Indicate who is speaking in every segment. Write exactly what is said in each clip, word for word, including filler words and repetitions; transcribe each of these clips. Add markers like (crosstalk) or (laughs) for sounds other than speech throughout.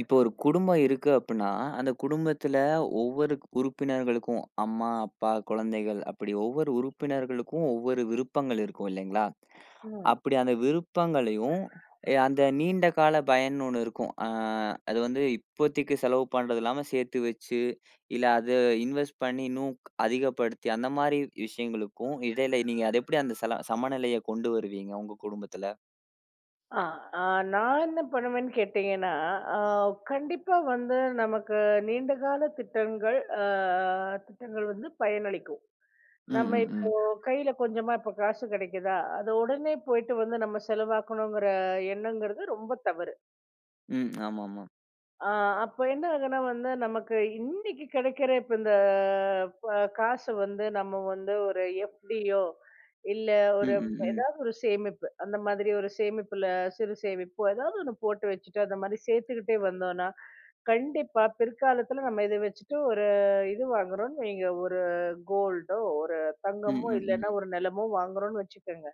Speaker 1: இப்போ ஒரு குடும்பம் இருக்கு அப்புட்ன்னா, அந்த குடும்பத்தில ஒவ்வொரு உறுப்பினர்களுக்கும் அம்மா, அப்பா, குழந்தைகள் அப்படி ஒவ்வொரு உறுப்பினர்களுக்கும் ஒவ்வொரு விருப்பங்கள் இருக்கும் இல்லைங்களா?
Speaker 2: ம்.
Speaker 1: அப்படி அந்த விருப்பங்களையும் எ அந்த நீண்ட கால பயன்னு ஒண்ணு இருக்கும். அ அது வந்து இப்போதைக்கு செலவு பண்றது இல்லாம சேர்த்து வச்சு, இல்ல அத இன்வெஸ்ட் பண்ணி இன்னும் அதிகப்படுத்தி அந்த மாரி விஷயங்களுக்கும் இடையில நீங்க அத எப்படி அந்த சல சமநிலைய கொண்டு வருவீங்க உங்க குடும்பத்தில?
Speaker 2: ஆ, ஆ, நான் என்ன பண்ணுவேன்னு கேட்டீங்கன்னா, ஆ கண்டிப்பா வந்து நமக்கு நீண்ட கால திட்டங்கள் அ திட்டங்கள் வந்து பயனளிக்கும்.
Speaker 1: ம்,
Speaker 2: நம்ம
Speaker 1: ம்,
Speaker 2: இப்போ
Speaker 1: ம்.
Speaker 2: கையில கொஞ்சமா இப்போ காசு கிடைக்குதா, அத உடனே போயிட்டு வந்து நம்ம செலவாக்கணுங்கிற எண்ணங்கிறது ரொம்ப தவறு.
Speaker 1: ம். ஆமாமா.
Speaker 2: ஆ அப்ப என்ன ஆகுன்னா வந்து, நமக்கு இன்னைக்கு கிடைக்கிற இப்ப இந்த ப காச வந்து நம்ம வந்து ஒரு எஃப்டியோ, இல்ல
Speaker 1: ம்,
Speaker 2: ஒரு
Speaker 1: ம், ம்.
Speaker 2: ஏதாவது ஒரு சேமிப்பு. அந்த மாதிரி ஒரு சேமிப்புல சிறு சேமிப்போ, ஏதாவது ஒண்ணு போட்டு வச்சுட்டு, அந்த மாரி சேர்த்துக்கிட்டே வந்தோம்னா, கண்டிப்பா பிற்காலத்துல நம்ம இத வச்சுட்டு ஒரு இது வாங்குறோம்ன்னு வைங்க, ஒரு கோல்டோ, ஒரு
Speaker 1: ம்,
Speaker 2: தங்கமோ,
Speaker 1: ம், ம்.
Speaker 2: இல்லன்னா ஒரு நிலமோ வாங்குறோம்ன்னு வச்சுக்கங்க.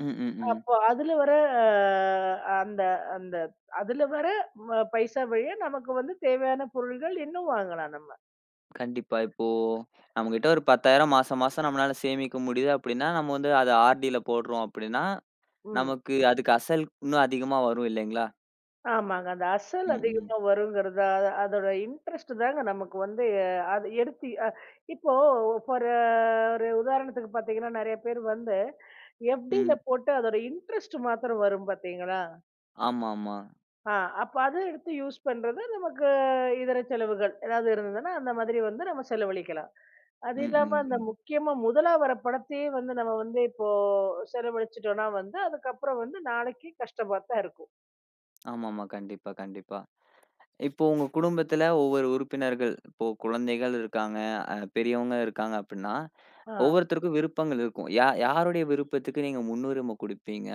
Speaker 1: ம், ம், ம்.
Speaker 2: அப்போ அதுல வர அ அந்த அந்த அதுல வர ம பைசா வழியா நமக்கு வந்து தேவையான பொருள்கள் இன்னும் வாங்கலாம் நம்ம.
Speaker 1: கண்டிப்பா. இப்போ நம்மகிட்ட ஒரு பத்தாயிரம் மாசம் மாசம் நம்மளால சேமிக்க முடியுது அப்படின்னா, நம்ம வந்து அத ஆர்டில போடுறோம் அப்படின்னா,
Speaker 2: ம்.
Speaker 1: நமக்கு அதுக்கு அசல் இன்னும் அதிகமா வரும் இல்லைங்களா?
Speaker 2: ஆமாங்க. அந்த அசல்
Speaker 1: ம், ம்,
Speaker 2: அதிகமா வருங்கிறது அ அதோட இன்ட்ரெஸ்ட் தாங்க நமக்கு வந்து அஹ், அது எடுத்து அ இப்போ ஃபார் ஒரு உதாரணத்துக்கு பார்த்தீங்கன்னா, நெறைய பேர் வந்து எஃப்டில
Speaker 1: ம்.
Speaker 2: போட்டு அதோட இன்ட்ரெஸ்ட் மாத்திரம் வரும் பார்த்தீங்களா?
Speaker 1: ஆமாமா.
Speaker 2: ஆ அப்ப அத எடுத்து யூஸ் பண்றது நமக்கு இதர செலவுகள் ஏதாவது இருந்ததுன்னா, அந்த மாதிரி வந்து நம்ம செலவழிக்கலாம். அது
Speaker 1: ம்,
Speaker 2: இல்லாம
Speaker 1: ம்,
Speaker 2: அந்த
Speaker 1: ம்.
Speaker 2: முக்கியமா முதலா வர படத்தையே வந்து நம்ம வந்து இப்போ செலவழிச்சிட்டோம்னா வந்து அதுக்கப்புறம் வந்து நாளைக்கு கஷ்டமா தான் இருக்கும்.
Speaker 1: ஆமாமா. கண்டிப்பா, கண்டிப்பா. இப்போ உங்க குடும்பத்துல ஒவ்வொரு உறுப்பினர்கள், இப்போ குழந்தைகள் இருக்காங்க, அ பெரியவங்க இருக்காங்க அப்படின்னா,
Speaker 2: ஆ.
Speaker 1: ஒவ்வொருத்தருக்கும் விருப்பங்கள் இருக்கும். யா யாருடைய விருப்பத்துக்கு நீங்க முன்னுரிமை குடுப்பீங்க?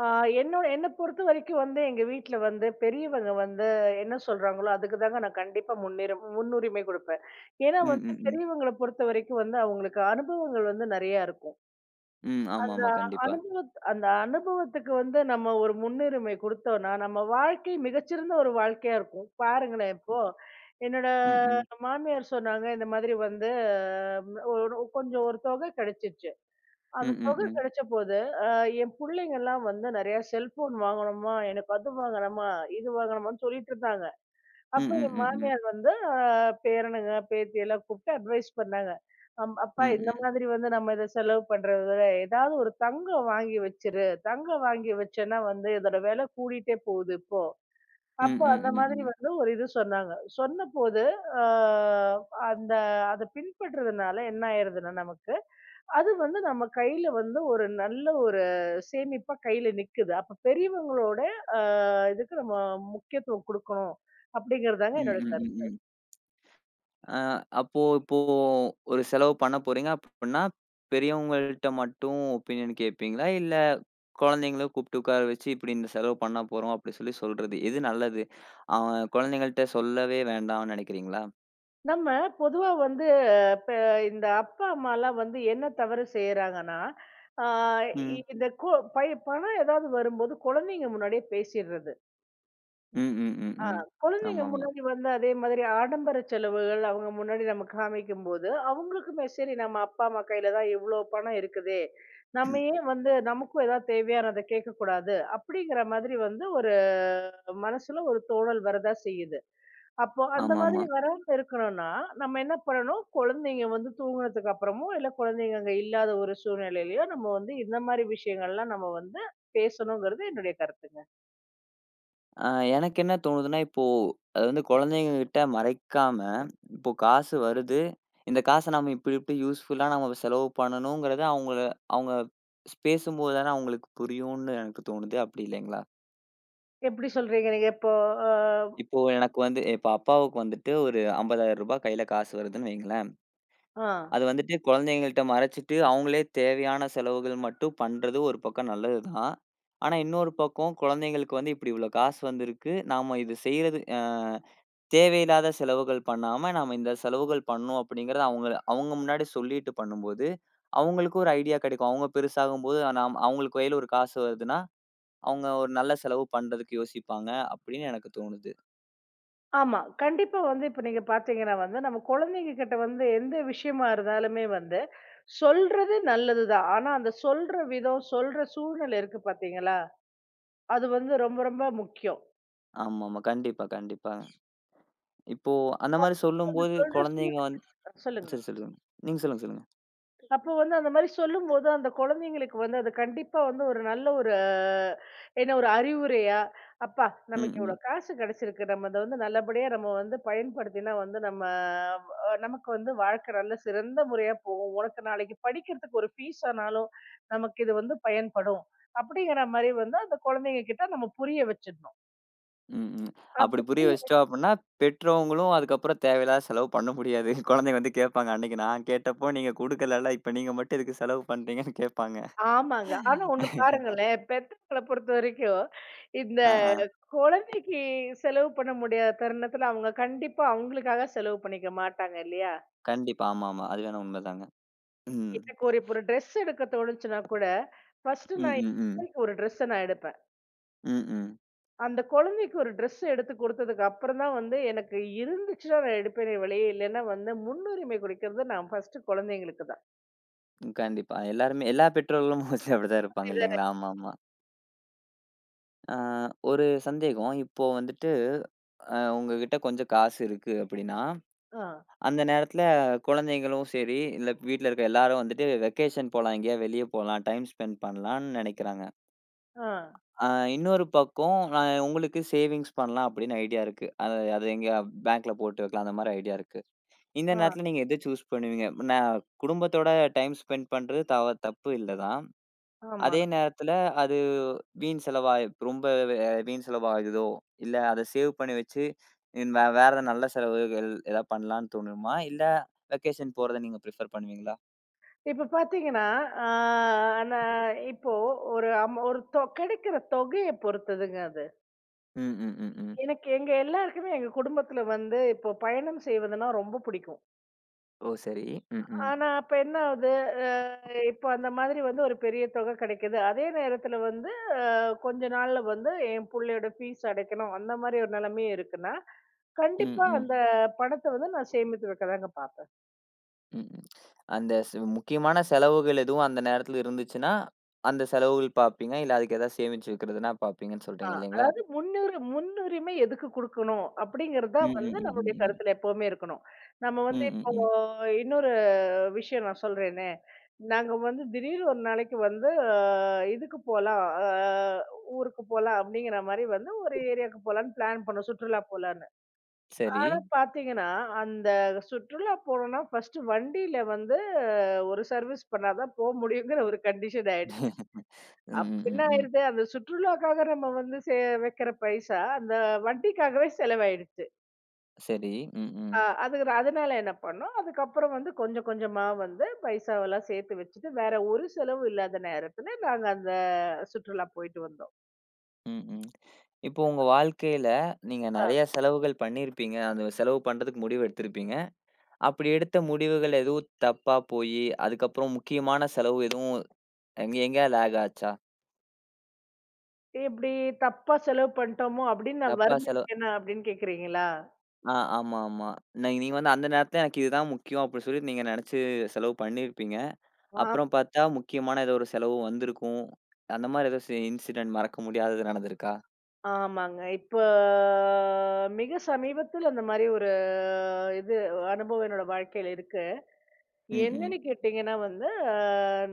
Speaker 2: ஆ என்னோட என்ன பொறுத்த வரைக்கும் வந்து எங்க வீட்ல வந்து பெரியவங்க வந்து என்ன சொல்றாங்களோ அதுக்கு தாங்க நான் கண்டிப்பா முன்னிரு முன்னுரிமை குடுப்பேன். ஏன்னா
Speaker 1: ம்,
Speaker 2: வந்து
Speaker 1: ம், ம்.
Speaker 2: பெரியவங்கள பொறுத்த வரைக்கும் வந்து அவங்களுக்கு அனுபவங்கள் வந்து நெறையா இருக்கும்.
Speaker 1: ம்.
Speaker 2: அந்த
Speaker 1: ஆமாமா. கண்டிப்பா.
Speaker 2: அனுபவத் அந்த அனுபவத்துக்கு வந்து நம்ம ஒரு முன்னுரிமை குடுத்தோம்னா, நம்ம வாழ்க்கை மிகச்சிறந்த ஒரு வாழ்க்கையா இருக்கும். பாருங்களேன் இப்போ, என்னோட
Speaker 1: ம். ம்,
Speaker 2: மாமியார் சொன்னாங்க, இந்த மாதிரி வந்து அஹ், ஒரு கொஞ்சம் ஒரு தொகை கிடைச்சிச்சு. அந்த
Speaker 1: ம், ம்.
Speaker 2: தொகை
Speaker 1: ம்.
Speaker 2: கிடைச்சபோது, அ என் புள்ளைங்கலாம் வந்து நெறையா செல்ஃபோன் வாங்கணுமா, எனக்கு அது வாங்கணுமா, இது வாங்கணுமான்னு சொல்லிட்டு இருந்தாங்க.
Speaker 1: ம்,
Speaker 2: அப்ப
Speaker 1: ம்.
Speaker 2: என்
Speaker 1: ம், ம்.
Speaker 2: மாமியார் வந்து அ பேரனுங்க, பேத்தி எல்லாம் கூப்பிட்டு அட்வைஸ் பண்ணாங்க. அம் "அப்பா
Speaker 1: ம்,
Speaker 2: இந்த
Speaker 1: ம்.
Speaker 2: மாதிரி வந்து நம்ம இத செலவு பண்றத விட, ஏதாவது ஒரு தங்கம் வாங்கி வச்சிரு. தங்கம் வாங்கி வச்சேன்னா வந்து இதோட விலை கூடிட்டே போகுது இப்போ."
Speaker 1: ம்,
Speaker 2: அப்போ
Speaker 1: ம்,
Speaker 2: அந்த
Speaker 1: ம்,
Speaker 2: மாதிரி
Speaker 1: ம்.
Speaker 2: வந்து ஒரு இது சொன்னாங்க. சொன்னபோது அ அந்த அத பின்பற்றதுனால என்ன ஆயிருதுன்னா நமக்கு, அது வந்து நம்ம கையில வந்து ஒரு நல்ல ஒரு சேமிப்பா கையில நிக்குது. அப்ப பெரியவங்களோட அ இதுக்கு நம்ம முக்கியத்துவம் குடுக்கணும். அப்படிங்கிறதாங்க
Speaker 1: ம்,
Speaker 2: என்னோட.
Speaker 1: ம், ம், ம். அ அப்போ இப்போ ஒரு செலவு பண்ண போறீங்க அப்டின்னா, பெரியவங்கள்ட்ட மட்டும் ஒப்பீனியன் கேட்பீங்களா? இல்ல குழந்தைங்கள கூப்ட்டு உட்கார வச்சு, இப்டி இந்த செலவு பண்ண போறோம் அப்டி சொல்லி சொல்றது. எது நல்லது? அவன் குழந்தைங்கள்ட்ட சொல்லவே வேண்டாம்னு நெனைக்கிறீங்களா?
Speaker 2: நம்ம பொதுவா வந்து அஹ், இப்ப இந்த அப்பா அம்மாலாம் வந்து என்ன தவறு செய்யறாங்கன்னா, ஆ
Speaker 1: ம்.
Speaker 2: இந்த கொ பை பணம் ஏதாவது வரும்போது குழந்தைங்க முன்னாடியே பேசிடுறது.
Speaker 1: ம், ம், ம்,
Speaker 2: ஆ
Speaker 1: ம்.
Speaker 2: குழந்தைங்க
Speaker 1: ஆமாமா.
Speaker 2: முன்னாடி வந்து அதே மாதிரி ஆடம்பர செலவுகள் அவங்க முன்னாடி நம்ம காமிக்கும்போது, அவங்களுக்குமே சரி நம்ம அப்பா அம்மா கையில தான் இவ்ளோ பணம் இருக்குதே, நம்ம ஏன் வந்து நமக்கும் ஏதாவது தேவையானத கேட்கக்கூடாது அப்படிங்கிற மாதிரி வந்து ஒரு மனசுல ஒரு தோணல் வரதா செய்யுது. அப்போ அந்த மாதிரி
Speaker 1: ஆமாமா.
Speaker 2: வராம இருக்கணும்னா, நம்ம என்ன பண்ணணும், குழந்தைங்க வந்து தூங்குனதுக்கு அப்புறமோ, இல்ல குழந்தைங்க அங்க இல்லாத ஒரு சூழ்நிலையிலயோ, நம்ம வந்து இந்த மாரி விஷயங்கள்லாம் நம்ம வந்து பேசணுங்கிறது என்னுடைய கருத்துங்க.
Speaker 1: அ எனக்கு என்ன தோணுதுன்னா, இப்போ அது வந்து குழந்தைங்ககிட்ட மறைக்காம, இப்போ காசு வருது இந்த காச நம்ம இப்டி இப்டி யூஸ்ஃபுல்லா நம்ம செலவு பண்ணணுங்கிறத அவங்கள அவங்க ஸ் பேசும்போது தானே அவங்களுக்கு புரியும்னு எனக்கு தோணுது. அப்டி இல்லைங்களா?
Speaker 2: எப்படி சொல்றீங்க நீங்க இப்போ? அ
Speaker 1: இப்போ எனக்கு வந்து இப்ப அப்பாவுக்கு வந்துட்டு ஒரு ரூ. ஐம்பதாயிரம் கையில காசு வருதுன்னு வைங்களேன்.
Speaker 2: ஆ.
Speaker 1: அது வந்துட்டு குழந்தைங்கள்ட்ட மறைச்சிட்டு அவங்களே தேவையான செலவுகள் மட்டும் பண்றது ஒரு பக்கம் நல்லது தான். ஆனா இன்னொரு பக்கம் குழந்தைங்களுக்கு வந்து இப்டி இவ்ளோ காசு வந்திருக்கு. நாம இது செய்றது அ தேவையில்லாத செலவுகள் பண்ணாம, நாம இந்த செலவுகள் பண்ணோம் அப்படிங்கிறத அவங்கள அவங்க முன்னாடி சொல்லிட்டு பண்ணும்போது, அவங்களுக்கு ஒரு ஐடியா கிடைக்கும். அவங்க பெருசாகும்போது நாம் அவங்களுக்கு கையில ஒரு காசு வருதுன்னா, அவங்க ஒரு நல்ல செலவு பண்றதுக்கு யோசிப்பாங்க அப்படின்னு எனக்கு தோணுது.
Speaker 2: ஆமா. கண்டிப்பா வந்து இப்ப நீங்க பார்த்தீங்கன்னா வந்து, நம்ம குழந்தைங்க கிட்ட வந்து எந்த விஷயமா இருந்தாலுமே வந்து, சொல்றது நல்லதுதான். ஆனா அந்த சொல்ற விதம், சொல்ற சூழ்நிலை இருக்கு பார்த்தீங்களா? அது வந்து ரொம்ப ரொம்ப முக்கியம்.
Speaker 1: ஆமாமா. கண்டிப்பா, கண்டிப்பாங்க. இப்போ அந்த மாரி
Speaker 2: அந்த
Speaker 1: சொல்லும்போது
Speaker 2: சொல்ற
Speaker 1: குழந்தைங்க வந்து
Speaker 2: சூழ்நிலை சொல்லுங்க.
Speaker 1: சரி சொல்லுங்க. நீங்க சொல்லுங்க, சொல்லுங்க.
Speaker 2: அப்போ வந்து அந்த மாரி சொல்லும்போது, அந்த குழந்தைங்களுக்கு வந்து அது கண்டிப்பா வந்து ஒரு நல்ல ஒரு அஹ், என்ன ஒரு அறிவுரையா, "அப்பா
Speaker 1: ம்.
Speaker 2: நமக்கு இவ்ளோ
Speaker 1: ம்.
Speaker 2: காசு கிடைச்சிருக்கு. நம்ம அத வந்து நல்லபடியா நம்ம வந்து பயன்படுத்தினா வந்து நம்ம அ நமக்கு வந்து வாழ்க்கை நல்ல சிறந்த முறையா போகும். உனக்கு நாளைக்கு படிக்கிறதுக்கு ஒரு ஃபீஸ் ஆனாலும் நமக்கு இது வந்து பயன்படும்." அப்படிங்கிற மாரி வந்து அந்த குழந்தைங்க கிட்ட நம்ம புரிய வச்சுடணும்.
Speaker 1: ம், ம்.
Speaker 2: அப்படி
Speaker 1: அப்படி புரிய
Speaker 2: புரிய.
Speaker 1: வச்சுட்டோம் அப்படின்னா, பெற்றவங்களும் அதுக்கப்புறம் தேவையில்லாத செலவு பண்ண முடியாது. குழந்தைங்க வந்து கேட்பாங்க. "அன்னைக்கு நான் கேட்டப்போ நீங்க குடுக்கலல்ல. இப்ப நீங்க மட்டும் எதுக்கு செலவு பண்றீங்கன்னு" கேட்பாங்க.
Speaker 2: ஆமாங்க. ஆனா ஒண்ணு பாருங்களேன், பெத்தவங்கள பொறுத்தவரைக்கும், இந்த
Speaker 1: ஆ, ஆ.
Speaker 2: குழந்தைக்கு செலவு பண்ண முடியாத தருணத்துல அவங்க கண்டிப்பா அவங்களுக்காக செலவு பண்ணிக்க மாட்டாங்க இல்லையா?
Speaker 1: கண்டிப்பா. ஆமாமா. அது வேணா உண்மதாங்க. ம்.
Speaker 2: எனக்கு ஒரு இப்போ ஒரு ட்ரெஸ் எடுக்க தோணுச்சுன்னா கூட, ஃபர்ஸ்ட்டு
Speaker 1: ம்.
Speaker 2: நான் என்
Speaker 1: ம், ம்.
Speaker 2: பிள்ளைக்கு ஒரு ட்ரெஸ்ஸ நான் எடுப்பேன்.
Speaker 1: ம், ம்.
Speaker 2: அந்த குழந்தைக்கு ஒரு ட்ரெஸ் எடுத்து குடுத்ததுக்கு அப்புறம் தான் வந்து எனக்கு இருந்துச்சுன்னா நான் எடுப்பேனே ஒழிய, இல்லைன்னா வந்து முன்னுரிமை குடுக்கிறது நான் ஃபர்ஸ்ட்டு குழந்தைங்களுக்கு தான்.
Speaker 1: கண்டிப்பா. எல்லாருமே எல்லா பெற்றோர்களும் (laughs) மோஸ்ட்லி அப்படிதான் இருப்பாங்க
Speaker 2: அப்படிதானே?
Speaker 1: இல்லைங்களா? ஆமாமா. ஆ ஒரு சந்தேகம். இப்போ வந்துட்டு அ உங்ககிட்ட கொஞ்சம் காசு இருக்கு அப்படின்னா,
Speaker 2: ஆ,
Speaker 1: அந்த நேரத்தில குழந்தைங்களும் சரி, இல்ல வீட்ல இருக்க எல்லாரும் வந்துட்டு வெக்கேஷன் போலாம், எங்கேயா வெளிய போலாம், டைம் ஸ்பெண்ட் பண்ணலாம்ன்னு நெனைக்கிறாங்க.
Speaker 2: ஆ,
Speaker 1: ஆ இன்னொரு பக்கம் நான் உங்களுக்கு சேவிங்ஸ் பண்ணலாம் அப்படின்னு ஐடியா இருக்கு. அத அது எங்க பேங்க்ல போட்டு வைக்கலாம் அந்த மாரி ஐடியா இருக்கு. இந்த
Speaker 2: ஆ.
Speaker 1: நேரத்துல நீங்க எத சூஸ் பண்ணுவீங்க? நான் குடும்பத்தோட டைம் ஸ்பெண்ட் பண்றது தவ தப்பு இல்ல தான்.
Speaker 2: ஆமா.
Speaker 1: அதே நேரத்துல அது வீண் செலவாய் ரொம்ப அ வீண் செலவாகுதோ, இல்ல அத சேவ் பண்ணி வச்சு இன் வே வேற ஏதாவது நல்ல செலவுகள் ஏதாவது பண்ணலான்னு தோணுமா? இல்ல வெக்கேஷன் போறத நீங்க பிரிஃபர் பண்ணுவீங்களா?
Speaker 2: இப்ப பாத்தீங்கன்னா, ஆ ஆனா இப்போ ஒரு அம் ஒரு தொ கிடைக்கிற தொகைய பொறுத்ததுங்க அது.
Speaker 1: ம், ம், ம், ம்.
Speaker 2: எனக்கு எங்க எல்லாருக்குமே எங்க குடும்பத்துல வந்து இப்போ பயணம் செய்வதுன்னா ரொம்ப பிடிக்கும்.
Speaker 1: ஓ! சரி. ம், ம்.
Speaker 2: ஆனா அப்ப என்ன ஆகுது, அ இப்போ அந்த மாதிரி வந்து ஒரு பெரிய தொகை கிடைக்குது. அதே நேரத்துல வந்து அ கொஞ்ச நாள்ல வந்து என் புள்ளையோட ஃபீஸ் அடைக்கணும், அந்த மாதிரி ஒரு நிலைமையும் இருக்குன்னா,
Speaker 1: ம்,
Speaker 2: கண்டிப்பா
Speaker 1: ம்,
Speaker 2: அந்த பணத்த வந்து நான் சேமித்து வைக்க தாங்க பாப்பேன்.
Speaker 1: ம், ம். அந்த சு முக்கியமான செலவுகள் எதுவும் அந்த நேரத்துல இருந்துச்சுன்னா, அந்த செலவுகள் பார்ப்பீங்க. இல்ல அதுக்கு ஏதாவது சேமிச்சு வைக்கிறதுனா பார்ப்பீங்கன்னு
Speaker 2: ஆ.
Speaker 1: சொல்றீங்க இல்லைங்களா?
Speaker 2: அதாவது முன்னுரி முன்னுரிமை எதுக்கு குடுக்கணும்? அப்படிங்கிறது
Speaker 1: ம்.
Speaker 2: தான் வந்து
Speaker 1: ம், ம்,
Speaker 2: நம்மளுடைய
Speaker 1: ம், ம்.
Speaker 2: கருத்துல எப்பவுமே இருக்கணும். நம்ம
Speaker 1: ம்,
Speaker 2: வந்து
Speaker 1: ம்,
Speaker 2: இப்போ
Speaker 1: ம்.
Speaker 2: இன்னொரு விஷயம் நான் சொல்றேனே. நாங்க வந்து திடீர்னு ஒரு நாளைக்கு வந்து அ இதுக்கு போலாம். அ ஊருக்கு போலாம் அப்படிங்கிற மாரி வந்து ஒரு ஏரியாவுக்கு போலான்னு பிளான் பண்ணோம். சுற்றுலா போலான்னு.
Speaker 1: சரி.
Speaker 2: ஆனா பாத்தீங்கன்னா, அந்த சுற்றுலா போனோம்னா ஃபர்ஸ்ட்டு வண்டியில வந்து அஹ், ஒரு சர்வீஸ் பண்ணா தான் போ முடியுங்கிற ஒரு கண்டிஷன் ஆயிடுச்சு.
Speaker 1: ம்,
Speaker 2: அப்ப
Speaker 1: ம்,
Speaker 2: என்ன
Speaker 1: ம், ம்.
Speaker 2: ஆயிருது, அந்த சுற்றுலாக்காக நம்ம வந்து சே வைக்கிற பைசா, அந்த வட்டிக்காகவே செலவாயிடுச்சு.
Speaker 1: சரி. ம், ம்.
Speaker 2: அ அது அதனால என்ன பண்ணோம், அதுக்கப்புறம் வந்து கொஞ்சம் கொஞ்சமா வந்து பைசாவெல்லாம் சேர்த்து வச்சுட்டு, வேற ஒரு செலவும் இல்லாத நேரத்துல நாங்க அந்த சுற்றுலா போயிட்டு வந்தோம்.
Speaker 1: ம், ம். இப்போ உங்க வாழ்க்கையில நீங்க
Speaker 2: அ
Speaker 1: நெறைய செலவுகள் பண்ணியிருப்பீங்க. அந்த செலவு பண்றதுக்கு முடிவு எடுத்திருப்பீங்க. அப்படி எடுத்த முடிவுகள் எதுவும் தப்பா போயி, அதுக்கப்புறம் முக்கியமான செலவு எதுவும் எங்க எங்கயா லேக் ஆச்சா?
Speaker 2: "இப்படி தப்பா செலவு பண்ணிட்டோமோ!" அப்படின்னு நான்
Speaker 1: தப்பா செலவு
Speaker 2: வருந்திருக்கேனா அப்படின்னு கேட்கிறீங்களா?
Speaker 1: ஆ ஆமா, ஆமா. நீ நீங்க வந்து அந்த நேரத்துல எனக்கு இதுதான் முக்கியம் அப்படின்னு சொல்லி நீங்க நெனச்சு செலவு பண்ணியிருப்பீங்க.
Speaker 2: ஆ
Speaker 1: அப்புறம் பாத்தா முக்கியமான ஏதோ ஒரு செலவு வந்திருக்கும். அந்த மாரி ஏதோ சி இன்சிடென்ட் மறக்க முடியாதது நடந்திருக்கா?
Speaker 2: ஆமாங்க. இப்ப மிக சமீபத்துல அந்த மாரி ஒரு இது அனுபவம் என்னோட வாழ்க்கையில இருக்கு.
Speaker 1: ம்,
Speaker 2: என்னன்னு
Speaker 1: ம்.
Speaker 2: கேட்டீங்கன்னா வந்து, அ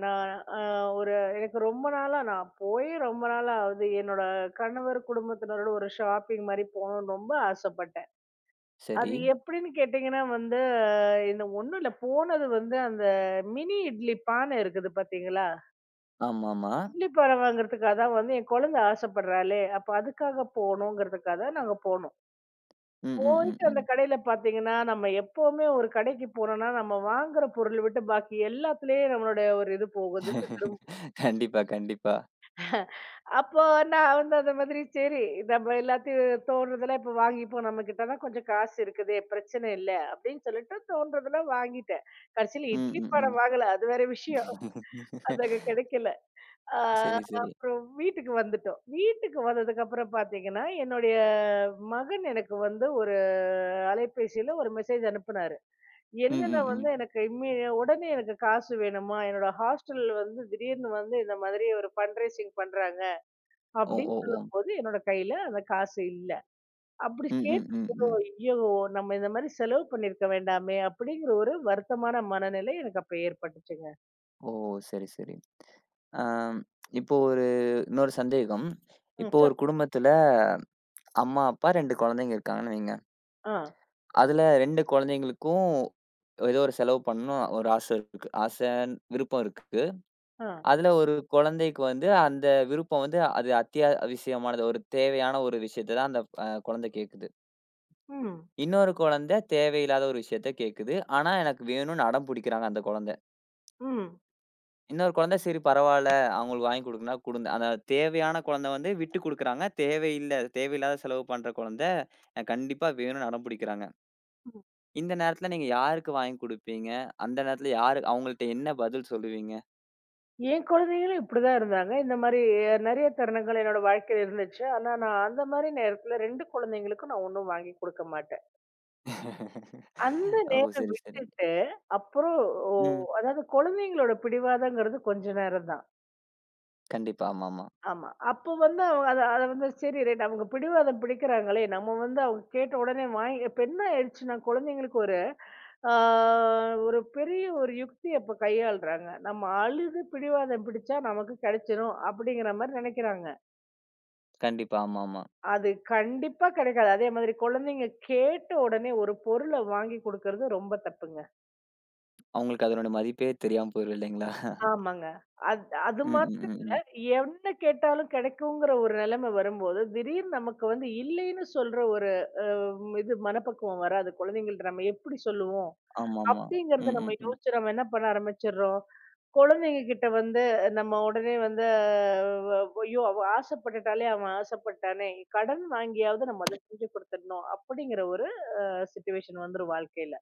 Speaker 2: நான் அ ஒரு எனக்கு ரொம்ப நாளா நான் போய் ரொம்ப நாளா ஆகுது. என்னோட கணவர் குடும்பத்தினரோட ஒரு ஷாப்பிங் மாரி போணும்னு ரொம்ப ஆசைப்பட்டேன்.
Speaker 1: சரி.
Speaker 2: அது எப்படின்னு கேட்டீங்கன்னா வந்து, அஹ், இந்த ஒண்ணும் இல்ல. போனது வந்து அந்த மினி இட்லி பானை இருக்குது பார்த்தீங்களா?
Speaker 1: ஆமாமா.
Speaker 2: இட்லி பானை வாங்குறதுக்காக தான் வந்து என் குழந்தை ஆசைப்படுறாளே! அப்ப அதுக்காக போணுங்கிறதுக்காக தான் நாங்க போனோம்.
Speaker 1: ம், ம், ம்,
Speaker 2: போயிட்டு அந்த
Speaker 1: ம்.
Speaker 2: கடையில பார்த்தீங்கன்னா, நம்ம எப்பவுமே ஒரு கடைக்கு போனோம்னா, நம்ம வாங்குற பொருள் விட்டு பாக்கி எல்லாத்துலயே நம்மளுடைய ஒரு இது போகும். திசை திரும்ப.
Speaker 1: கண்டிப்பா, கண்டிப்பா.
Speaker 2: அப்போ நான் வந்து அந்த மாதிரி சரி நம்ம எல்லாத்தையும் தோணுறதெல்லாம் இப்ப வாங்கிப்போம். நம்ம கிட்ட தான் கொஞ்சம் காசு இருக்குதே! பிரச்சனை இல்ல அப்படின்னு சொல்லிட்டு தோன்றதெல்லாம் வாங்கிட்டேன். கடைசியில
Speaker 1: ம்,
Speaker 2: இட்லி
Speaker 1: ம்,
Speaker 2: பானை
Speaker 1: ம்.
Speaker 2: வாங்கல. அது வேற விஷயம். அது அங்க கிடைக்கல. ஆ
Speaker 1: சரி, சரி.
Speaker 2: அப்புறம் வீட்டுக்கு வந்துட்டோம். வீட்டுக்கு வந்ததுக்கப்புறம் பார்த்தீங்கன்னா, என்னுடைய மகன் எனக்கு வந்து ஒரு அலைபேசியில ஒரு மெசேஜ் அனுப்புனாரு.
Speaker 1: ம்,
Speaker 2: என்னன்னா
Speaker 1: ம்,
Speaker 2: வந்து
Speaker 1: ம்.
Speaker 2: எனக்கு இம்மீ உடனே எனக்கு காசு வேணுமா, என்னோட ஹாஸ்டல் வந்து திடீர்னு வந்து இந்த மாதிரி ஒரு ஃபண்ட்ரைசிங் பண்றாங்க
Speaker 1: ஓ,
Speaker 2: அப்படின்னு
Speaker 1: ஓ, ஓ.
Speaker 2: சொல்லும்போது, என்னோட கையில அந்த காசு இல்ல. அப்படி
Speaker 1: ம், ம், ம்,
Speaker 2: கேட்டோம்,
Speaker 1: ம்.
Speaker 2: ஐயோ! நம்ம இந்த மாதிரி செலவு பண்ணியிருக்க வேண்டாமே அப்படிங்கிற ஒரு வருத்தமான மனநிலை எனக்கு அப்ப ஏற்பட்டுச்சுங்க.
Speaker 1: ஓ! சரி, சரி. ஆம், இப்போ ஒரு இன்னொரு சந்தேகம்.
Speaker 2: ம்.
Speaker 1: இப்போ
Speaker 2: சொல்
Speaker 1: ஒரு குடும்பத்துல அம்மா, அப்பா இரண்டு குழந்தைங்க இருக்காங்கன்னு வைங்க.
Speaker 2: ஆ,
Speaker 1: அதுல இரண்டு குழந்தைங்களுக்கும் ஏதோ ஒரு செலவு பண்ணணும் ஒரு ஆசை இருக்கு. ஆசை, விருப்பம் இருக்கு.
Speaker 2: ஆ.
Speaker 1: அதுல ஒரு குழந்தைக்கு வந்து அந்த விருப்பம் வந்து அது அத்தியாவசியமானது. ஒரு தேவையான ஒரு விஷயத்த தான் அந்த அ குழந்தை கேட்குது.
Speaker 2: ம்,
Speaker 1: இன்னொரு குழந்தை தேவையில்லாத ஒரு விஷயத்த கேட்குது. ஆனா எனக்கு வேணும்னு அடம் பிடிக்கிறாங்க அந்த குழந்தை.
Speaker 2: ம்,
Speaker 1: இன்னொரு குழந்தை சரி பரவால்ல அவங்களுக்கு வாங்கி குடுக்கணும்னா குடுங்க. அந்த தேவையான குழந்தை வந்து விட்டு குடுக்குறாங்க. தேவையில்ல தேவையில்லாத செலவு பண்ற குழந்தை எனக்கு கண்டிப்பா வேணும்னு அடம் பிடிக்கிறாங்க.
Speaker 2: ம்.
Speaker 1: இந்த நேரத்துல நீங்க யாருக்கு வாங்கி குடுப்பீங்க? அந்த நேரத்துல யாரு அவங்கள்ட்ட என்ன பதில் சொல்லுவீங்க?
Speaker 2: என் குழந்தைகளும் இப்படிதான் இருந்தாங்க. இந்த மாரி நெறைய தருணங்கள் என்னோட வாழ்க்கையில இருந்துச்சு. ஆனா நான் அந்த மாரி நேரத்துல ரெண்டு குழந்தைங்களுக்கும் நான் ஒண்ணும் வாங்கி குடுக்க மாட்டேன். அந்த
Speaker 1: (laughs) ஓ!
Speaker 2: நேரம்
Speaker 1: சரி, சரி.
Speaker 2: விட்டுட்டு, அப்புறம் ஓ
Speaker 1: ம்.
Speaker 2: அதாவது குழந்தைங்களோட பிடிவாதங்கிறது கொஞ்ச நேரம் தான்.
Speaker 1: கண்டிப்பா. ஆமாமா.
Speaker 2: ஆமா. அப்போ வந்து அவ அத அத வந்து சரி ரைட் அவங்க பிடிவாதம் பிடிக்கிறாங்களே, நம்ம வந்து அவங்க கேட்ட உடனே வாங்கி இப்ப என்ன ஆயிடுச்சுன்னா, குழந்தைங்களுக்கு ஒரு ஆ ஒரு பெரிய ஒரு யுக்திய இப்ப கையாளுறாங்க. நம்ம அழுது பிடிவாதம் பிடிச்சா நமக்கு கிடைச்சிரும் அப்படிங்கிற மாரி நெனைக்கிறாங்க.
Speaker 1: கண்டிப்பா. ஆமாமா.
Speaker 2: அது கண்டிப்பா கிடைக்காது. அதே மாதிரி குழந்தைங்க கேட்ட உடனே ஒரு பொருள வாங்கி குடுக்கறது ரொம்ப தப்புங்க.
Speaker 1: அவங்களுக்கு அதனுடைய மதிப்பே தெரியாம போயிரும் இல்லைங்களா?
Speaker 2: ஆமாங்க. அது அது
Speaker 1: ம், ம்,
Speaker 2: மாத்திரம்
Speaker 1: ம்,
Speaker 2: இல்ல.
Speaker 1: ம்.
Speaker 2: என்ன கேட்டாலும் கிடைக்குங்கிற ஒரு நிலைமை வரும்போது, திடீர்னு நமக்கு வந்து இல்லைன்னு சொல்ற ஒரு ம், இது மனப்பக்குவம் வராது. குழந்தைங்கள்ட்ட நம்ம எப்படி சொல்லுவோம்?
Speaker 1: ஆமாமா.
Speaker 2: அப்படிங்கிறத
Speaker 1: ம்,
Speaker 2: நம்ம
Speaker 1: ம், ம்.
Speaker 2: யோசிச்சு நம்ம என்ன பண்ண ஆரம்பிச்சுடுறோம், குழந்தைங்க கிட்ட வந்து நம்ம உடனே வந்து அஹ், ஐயோ! அவ ஆசைப்பட்டுட்டாலே அவன் ஆசைப்பட்டானே! கடன் வாங்கியாவது நம்ம அத செஞ்சு குடுத்துடணும். அப்படிங்கிற ஒரு சிச்சுவேஷன் வந்துரும் வாழ்க்கையில.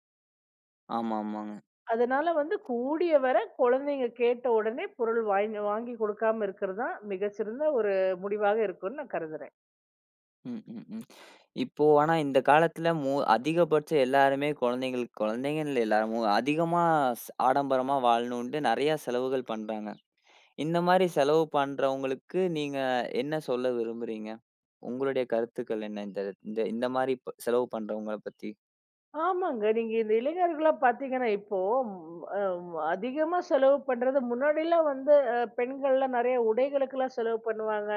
Speaker 1: ஆமா, ஆமாங்க.
Speaker 2: அதனால வந்து கூடிய வரை குழந்தைங்க கேட்ட உடனே பொருள் வாங்கி வாங்கி கொடுக்காம இருக்கிறது தான் மிகச்சிறந்த ஒரு முடிவாக இருக்கும்னு நான் கருதுறேன்.
Speaker 1: ம், ம், ம். இப்போ ஆனா இந்த காலத்துல மோ அதிகபட்ச எல்லாருமே குழந்தைங்களுக்கு குழந்தைங்கன்னு இல்ல எல்லாரும் அதிகமா ஸ் ஆடம்பரமா வாழணுன்ட்டு நெறைய செலவுகள் பண்றாங்க. இந்த மாரி செலவு பண்றவங்களுக்கு நீங்க என்ன சொல்ல விரும்புறீங்க? உங்களுடைய கருத்துக்கள் என்ன இந்த இந்த இந்த மாரி ப செலவு பண்றவங்கள பத்தி?
Speaker 2: ஆமாங்க. நீங்க இந்த இளைஞர்களா பார்த்தீங்கன்னா, இப்போ ம் அ அதிகமா செலவு பண்றது முன்னாடிலாம் வந்து அ பெண்கள்லாம் நெறைய உடைகளுக்கெல்லாம் செலவு பண்ணுவாங்க.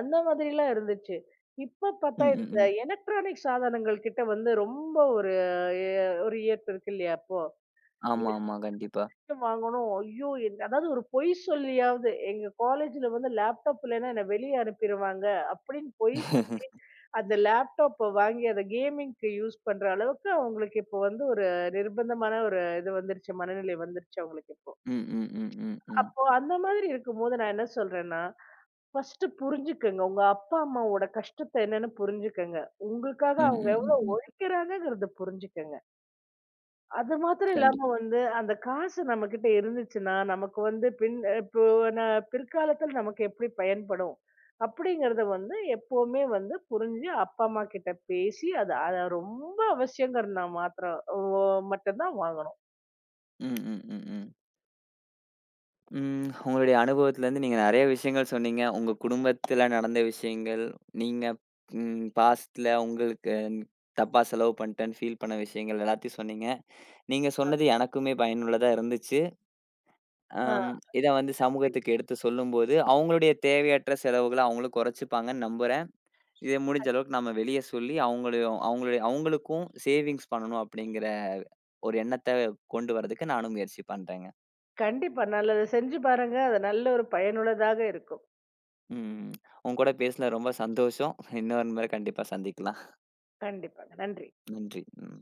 Speaker 2: அந்த மாதிரிலாம் இருந்துச்சு. இப்ப
Speaker 1: ம்,
Speaker 2: பார்த்தா
Speaker 1: ம்,
Speaker 2: இந்த
Speaker 1: ம்.
Speaker 2: எலக்ட்ரானிக் சாதனங்கள் கிட்ட வந்து ரொம்ப ஒரு எ ஒரு ஈர்ப்பு இருக்கு இல்லையா இப்போ?
Speaker 1: ஆமாமா. கண்டிப்பா.
Speaker 2: வாங்கணும். ஐயோ! என் அதாவது ஒரு பொய் சொல்லியாவது எங்க காலேஜ்ல வந்து லேப்டாப் இல்லன்னா என்ன வெளிய அனுப்பிருவாங்க அப்படின்னு பொய் சொல்லி,
Speaker 1: (laughs)
Speaker 2: அந்த லேப்டாப்ப வாங்கி அத கேமிங்க்கு யூஸ் பண்ற அளவுக்கு அவங்களுக்கு இப்போ வந்து ஒரு நிர்பந்தமான ஒரு இது வந்துருச்சு. மனநிலை வந்துருச்சு அவங்களுக்கு இப்போ.
Speaker 1: ம், ம், ம், ம், ம்.
Speaker 2: அப்போ அந்த மாதிரி இருக்கும்போது நான் என்ன சொல்றேன்னா, ஃபர்ஸ்ட்டு புரிஞ்சுக்கங்க. உங்க அப்பா, அம்மாவோட கஷ்டத்த என்னன்னு புரிஞ்சுக்கங்க. உங்களுக்காக
Speaker 1: ம், ம்,
Speaker 2: அவங்க
Speaker 1: ம், ம்.
Speaker 2: உழைக்கிறாங்கங்கிறத புரிஞ்சுக்கங்க. அது மாத்திரம் இல்லாம
Speaker 1: கண்டிப்பா.
Speaker 2: வந்து, அந்த காசு நம்மகிட்ட இருந்துச்சுன்னா, நமக்கு வந்து பின் இப்போ ந பிற்காலத்தில் நமக்கு எப்படி பயன்படும்? அப்படிங்கிறத வந்து எப்பவுமே வந்து புரிஞ்சு, அப்பா, அம்மா கிட்ட பேசி, அது அத ரொம்ப அவசியங்கிறனா மாத்திரம் ஓ மட்டும் தான் வாங்கணும்.
Speaker 1: ம், ம், ம், ம். ம். உங்களுடைய அனுபவத்திலருந்து நீங்க நெறைய விஷயங்கள் சொன்னீங்க. உங்க குடும்பத்தில நடந்த விஷயங்கள், நீங்க ம் பாஸ்ட்ல உங்களுக்கு தப்பா செலவு பண்ணிட்டேன்னு ஃபீல் பண்ண விஷயங்கள் எல்லாத்தையும் சொன்னீங்க. நீங்க சொன்னது எனக்குமே பயனுள்ளதா இருந்துச்சு.
Speaker 2: ஆ
Speaker 1: அம் இத வந்து சமூகத்துக்கு எடுத்து சொல்லும்போது, அவங்களுடைய தேவையற்ற செலவுகள அவங்களும் குறைச்சுப்பாங்கன்னு நம்புறேன். இத முடிஞ்ச அளவுக்கு நம்ம வெளிய சொல்லி அவங்களையும் அவங்களுடைய அவங்களுக்கும் சேவிங்ஸ் பண்ணணும் அப்படிங்கிற ஒரு எண்ணத்த கொண்டு வரதுக்கு நானும் முயற்சி பண்றேங்க.
Speaker 2: கண்டிப்பா நல்லது. செஞ்சு பாருங்க. அது நல்ல ஒரு பயனுள்ளதாக இருக்கும்.
Speaker 1: ம். உங்க கூட பேசுனது ரொம்ப சந்தோஷம். இன்னொரு முறை கண்டிப்பா சந்திக்கலாம்.
Speaker 2: கண்டிப்பாங்க. நன்றி.
Speaker 1: நன்றி. ம்.